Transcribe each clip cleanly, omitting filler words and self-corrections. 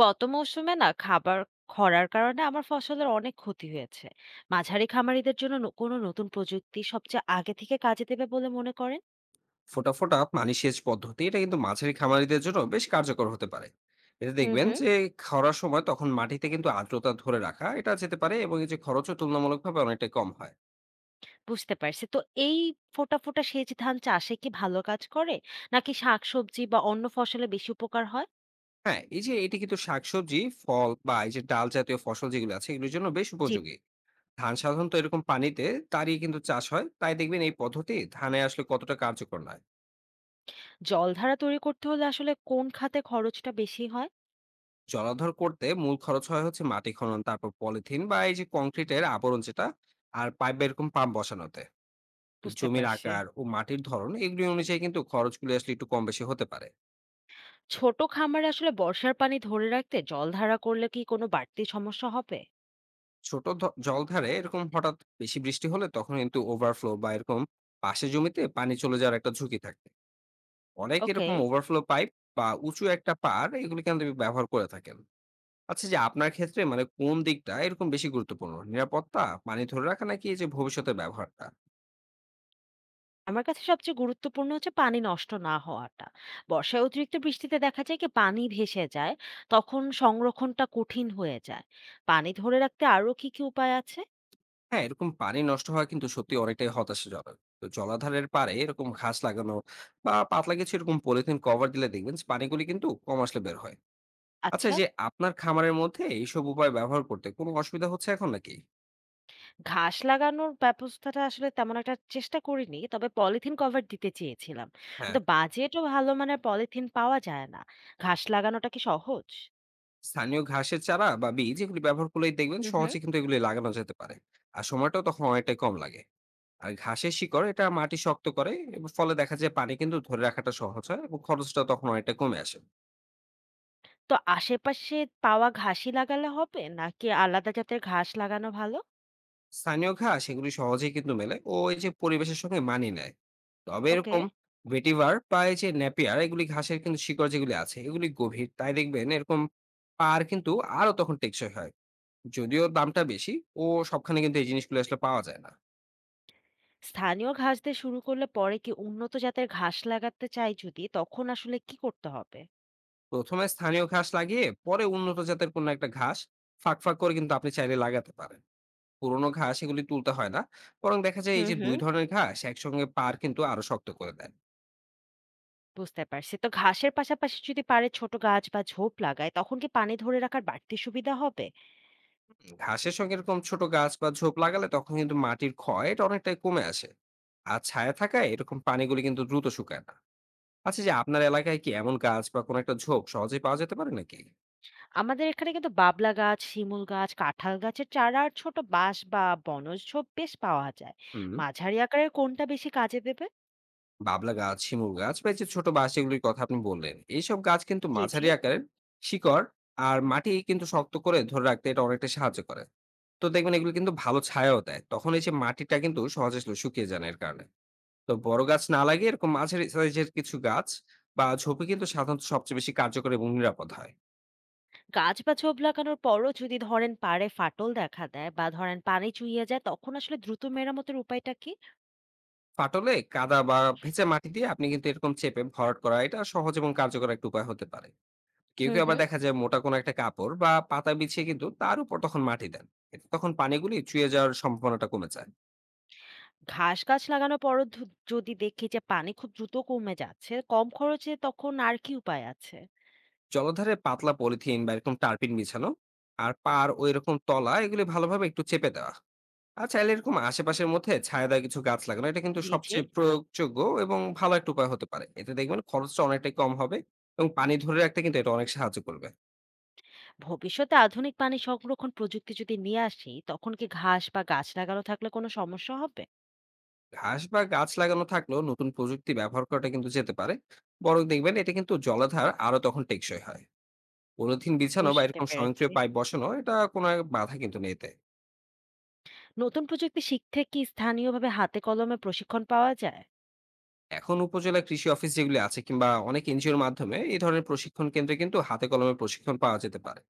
গত মৌসুমে না খাবার খরার কারণে আমার ফসলের অনেক ক্ষতি হয়েছে। মাঝারি খামারিদের জন্য কোনো নতুন প্রযুক্তি সবচেয়ে আগে থেকে কাজে দেবে বলে মনে করেন? ফোঁটা, ফোঁটা পানি সেচ পদ্ধতি এটা কিন্তু মাঝারি খামারিদের জন্য বেশ কার্যকর হতে পারে। এতে হুম দেখবেন হুম। যে খরার সময় তখন মাটিতে কিন্তু আর্দ্রতা ধরে রাখা এটা যেতে পারে এবং এই যে খরচও তুলনামূলকভাবে অনেকটা কম হয়। বুঝতে পারছি তো। এই ফোটা ফোটা সেচ ধান চাষে কি ভালো কাজ করে, নাকি শাকসবজি বা অন্য ফসলে বেশি উপকার হয়? হ্যাঁ, এই যে এটি কিন্তু শাকসবজি, ফল বা এই যে ডাল জাতীয় ফসল যেগুলো আছে এগুলোর জন্য বেশ জি। উপযোগী। ধান সাধারণত এরকম পানিতে দাঁড়িয়ে কিন্তু চাষ হয়। তাই দেখবেন এই পদ্ধতি ধানে আসলে কতটা কার্যকর নয়। জলধারা তৈরি করতে হলে আসলে কোন খাতে খরচটা বেশি হয়? জলাধর করতে মূল খরচ হয় হচ্ছে মাটি খনন, তারপর পলিথিন বা এই যে কংক্রিটের আবরণ যেটা আর পাইপ বা এরকম পাম্প বসানোতে। তো বুঝতে জমির পারছি। আকার ও মাটির ধরন এগুলি অনুযায়ী কিন্তু খরচগুলি আসলে একটু কম বেশি হতে পারে। ছোট খামারে আসলে বর্ষার পানি ধরে রাখতে জলধারা করলে কি কোনো বাড়তি সমস্যা হবে? জলধারে এরকম হঠাৎ বেশি বৃষ্টি হলে তখন কিন্তু ওভারফ্লো বা এরকম পাশে জমিতে পানি চলে যাওয়ার একটা ঝুঁকি থাকে। অনেক ওকে। এরকম ওভারফ্লো পাইপ বা উঁচু একটা পার এগুলি কিন্তু ব্যবহার করে থাকেন। আচ্ছা যে আপনার ক্ষেত্রে মানে কোন দিকটা এরকম বেশি গুরুত্বপূর্ণ, নিরাপত্তা, পানি ধরে রাখা নাকি এই যে ভবিষ্যতের ব্যবহারটা? আমার কাছে সবচেয়ে গুরুত্বপূর্ণ হচ্ছে পানি নষ্ট না হওয়াটা। বর্ষায় অতিরিক্ত বৃষ্টিতে দেখা যায় কি পানি ভেসে যায়, তখন সংরক্ষণটা কঠিন হয়ে যায়। পানি ধরে রাখতে আরো কি, কি উপায় আছে? হ্যাঁ, এরকম পানি নষ্ট হওয়া কিন্তু সত্যি অনেকটাই হতাশাজনক। তো জলাধারের পাড়ে এরকম ঘাস লাগানো বা পাতলা কিছু এরকম পলিথিন কভার দিলে দেখবেন যে পানিগুলি কিন্তু কম আসলে বের হয়। আচ্ছা আচ্ছা, এই যে আপনার খামারের মধ্যে এইসব উপায় ব্যবহার করতে কোনো অসুবিধা হচ্ছে এখন নাকি? ঘাস লাগানোর ব্যবস্থাটা আসলে তেমন একটা চেষ্টা করিনি। তবে পলিথিন কভার দিতে চেয়েছিলাম। হ্যাঁ, কিন্তু বাজেটও ভালো মানের পলিথিন পাওয়া যায় না। ঘাস লাগানোটা কি সহজ? স্থানীয় ঘাসের চারা বা বীজ এগুলি ব্যবহার করলেই দেখবেন হুম হুম। সহজে কিন্তু এগুলি লাগানো যেতে পারে। আর সময়টাও তখন অনেকটাই কম লাগে। আর ঘাসের শিকড় এটা মাটি শক্ত করে এবং ফলে দেখা যায় পানি কিন্তু ধরে রাখাটা সহজ হয় এবং খরচটা তখন অনেকটা কমে আসে। তো আশেপাশে পাওয়া ঘাসই লাগালে হবে? নাকি আলাদা জাতের ঘাস লাগানো ভালো? স্থানীয় ঘাস এগুলি সহজেই কিন্তু মেলে ও এই যে পরিবেশের সঙ্গে মানিয়ে নেয়। তবে ওকে। এরকম ভেটিভার বা এই যে ন্যাপিয়ার এগুলি ঘাসের কিন্তু শিকড় যেগুলি আছে এগুলি গভীর, তাই দেখবেন এরকম পার কিন্তু আরো তখন টেকসই হয়, যদিও দামটা বেশি ও সবখানে কিন্তু এই জিনিসগুলো আসলে পাওয়া যায় না। স্থানীয় ঘাস দিয়ে শুরু করলে পরে কি উন্নত জাতের ঘাস লাগাতে চাই, যদি তখন আসলে কি করতে হবে? প্রথমে স্থানীয় ঘাস লাগিয়ে পরে উন্নত জাতের কোনো একটা ঘাস ফাঁক ফাঁক করে কিন্তু আপনি চাইলে লাগাতে পারেন। পুরোনো ঘাস এগুলি তুলতে হয় না, বরং দেখা যায় এই হুম যে দুই হুম। ধরনের ঘাস একসঙ্গে পার কিন্তু আরো শক্ত করে দেয়। বুঝতে পারছি। তো ঘাসের পাশাপাশি যদি পারে ছোট গাছ বা ঝোপ লাগায় তখন কি পানি ধরে রাখার বাড়তি সুবিধা হবে? ঘাসের সঙ্গে এরকম ছোট গাছ বা ঝোপ লাগালে তখন কিন্তু মাটির ক্ষয় এটা অনেকটাই কমে আসে। আর ছায়া থাকায় এরকম পানিগুলি কিন্তু দ্রুত শুকায় না। আচ্ছা যে আপনার এলাকায় কি এমন গাছ বা কোনো একটা ঝোপ সহজেই পাওয়া যেতে পারে নাকি? আমাদের এখানে কিন্তু বাবলা গাছ, শিমুল গাছ, কাঁঠাল গাছের চারা আর ছোট বাঁশ বা বনজ ঝোপ বেশ পাওয়া যায়। হুম। মাঝারি আকারের কোনটা বেশি কাজে দেবে? বাবলা গাছ, শিমুল গাছ বা এই যে ছোট বাঁশ যেগুলির কথা আপনি বললেন, এইসব গাছ কিন্তু জি জি। মাঝারি আকারের শিকড় আর মাটি কিন্তু শক্ত করে ধরে রাখতে এটা অনেকটা সাহায্য করে। তো দেখবেন এগুলো কিন্তু ভালো ছায়াও দেয়, তখন এই যে মাটিটা কিন্তু সহজে শুকিয়ে যায় না এর কারণে। তো বড় গাছ না লাগিয়ে এরকম মাঝারি সাইজের কিছু গাছ বা ঝোপে কিন্তু সাধারণত সবচেয়ে বেশি কার্যকর এবং নিরাপদ হয়। গাছ বা ঝোপ লাগানোর পরও যদি ধরেন পাড়ে ফাটল দেখা দেয় বা ধরেন পানি চুইয়ে যায় তখন আসলে দ্রুত মেরামতের উপায়টা কি? ফাটলে কাদা বা ভেজা মাটি দিয়ে আপনি কিন্তু এরকম চেপে ভরাট করা এটা সহজ এবং কার্যকর একটা উপায় হতে পারে। কেউ হুম কেউ আবার হুম। দেখা যায় মোটা কোনো একটা কাপড় বা পাতা বিছিয়ে কিন্তু তার উপর তখন মাটি দেন। এতে তখন পানিগুলি চুয়ে যাওয়ার সম্ভাবনাটা কমে যায়। ঘাস গাছ লাগানোর পরও যদি দেখি যে পানি খুব দ্রুত কমে যাচ্ছে, কম খরচে তখন আর কি উপায় আছে? জলধারে পাতলা পলিথিন বা এরকম টার্পিন বিছানো আর পার ওই রকম তলা এগুলি ভালোভাবে একটু চেপে দেওয়া আর চাইলে এরকম আশেপাশের মধ্যে ছায়াদার কিছু গাছ লাগানো, এটা কিন্তু জি জি। সবচেয়ে প্রয়োগযোগ্য এবং ভালো একটা উপায় হতে পারে। এতে দেখবেন খরচটা অনেকটাই কম হবে এবং পানি ধরে রাখতে কিন্তু এটা অনেক সাহায্য করবে। ভবিষ্যতে আধুনিক পানি সংরক্ষণ প্রযুক্তি যদি নিয়ে আসি তখন কি ঘাস বা গাছ লাগানো থাকলে কোনো সমস্যা হবে? ঘাস বা গাছ লাগানো থাকলেও নতুন প্রযুক্তি ব্যবহার করাটা কিন্তু যেতে পারে। বরং দেখবেন এটা কিন্তু জলাধার আরো তখন টেকসই হয়। পলিথিন বিছানো বা বুঝতে এরকম পেরেছি। স্বয়ংক্রিয় পাইপ বসানো এটা কোনো এক বাধা কিন্তু নেই এতে। নতুন প্রযুক্তি শিখতে কি স্থানীয়ভাবে হাতে কলমে প্রশিক্ষণ পাওয়া যায়? এখন উপজেলা কৃষি অফিস যেগুলি আছে কিংবা অনেক এনজিওর মাধ্যমে এই ধরনের প্রশিক্ষণ কেন্দ্রে কিন্তু হাতে কলমে প্রশিক্ষণ পাওয়া যেতে পারে।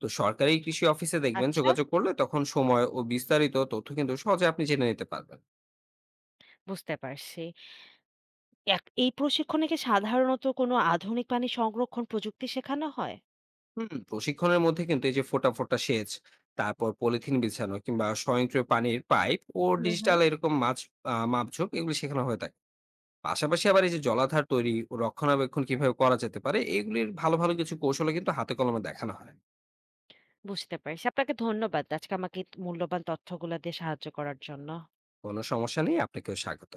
তো সরকারি কৃষি অফিসে দেখবেন আচ্ছা। যোগাযোগ করলে তখন সময় ও বিস্তারিত তথ্য কিন্তু সহজে আপনি জেনে নিতে পারবেন। বুঝতে পারছি। এই প্রশিক্ষণে কি সাধারণত কোনো আধুনিক পানি সংরক্ষণ প্রযুক্তি শেখানো হয়? হুম। প্রশিক্ষণের মধ্যে কিন্তু এই যে ফোটা ফোটা সেচ, তারপর পলিথিন বিছানো কিংবা স্বয়ংক্রিয় পানির পাইপ ও হুম হুম। ডিজিটাল এরকম মাছ, মাপঝোপ এগুলি শেখানো হয়ে থাকে। পাশাপাশি আবার এই যে জলাধার তৈরি ও রক্ষণাবেক্ষণ কিভাবে করা যেতে পারে এগুলির ভালো ভালো কিছু কৌশল কিন্তু হাতে কলমে দেখানো হয়। বুঝতে পারছি। আপনাকে ধন্যবাদ। আজকে আমাকে এই মূল্যবান তথ্যগুলা দিয়ে সাহায্য করার জন্য। কোনো সমস্যা নেই, আপনাকেও স্বাগত।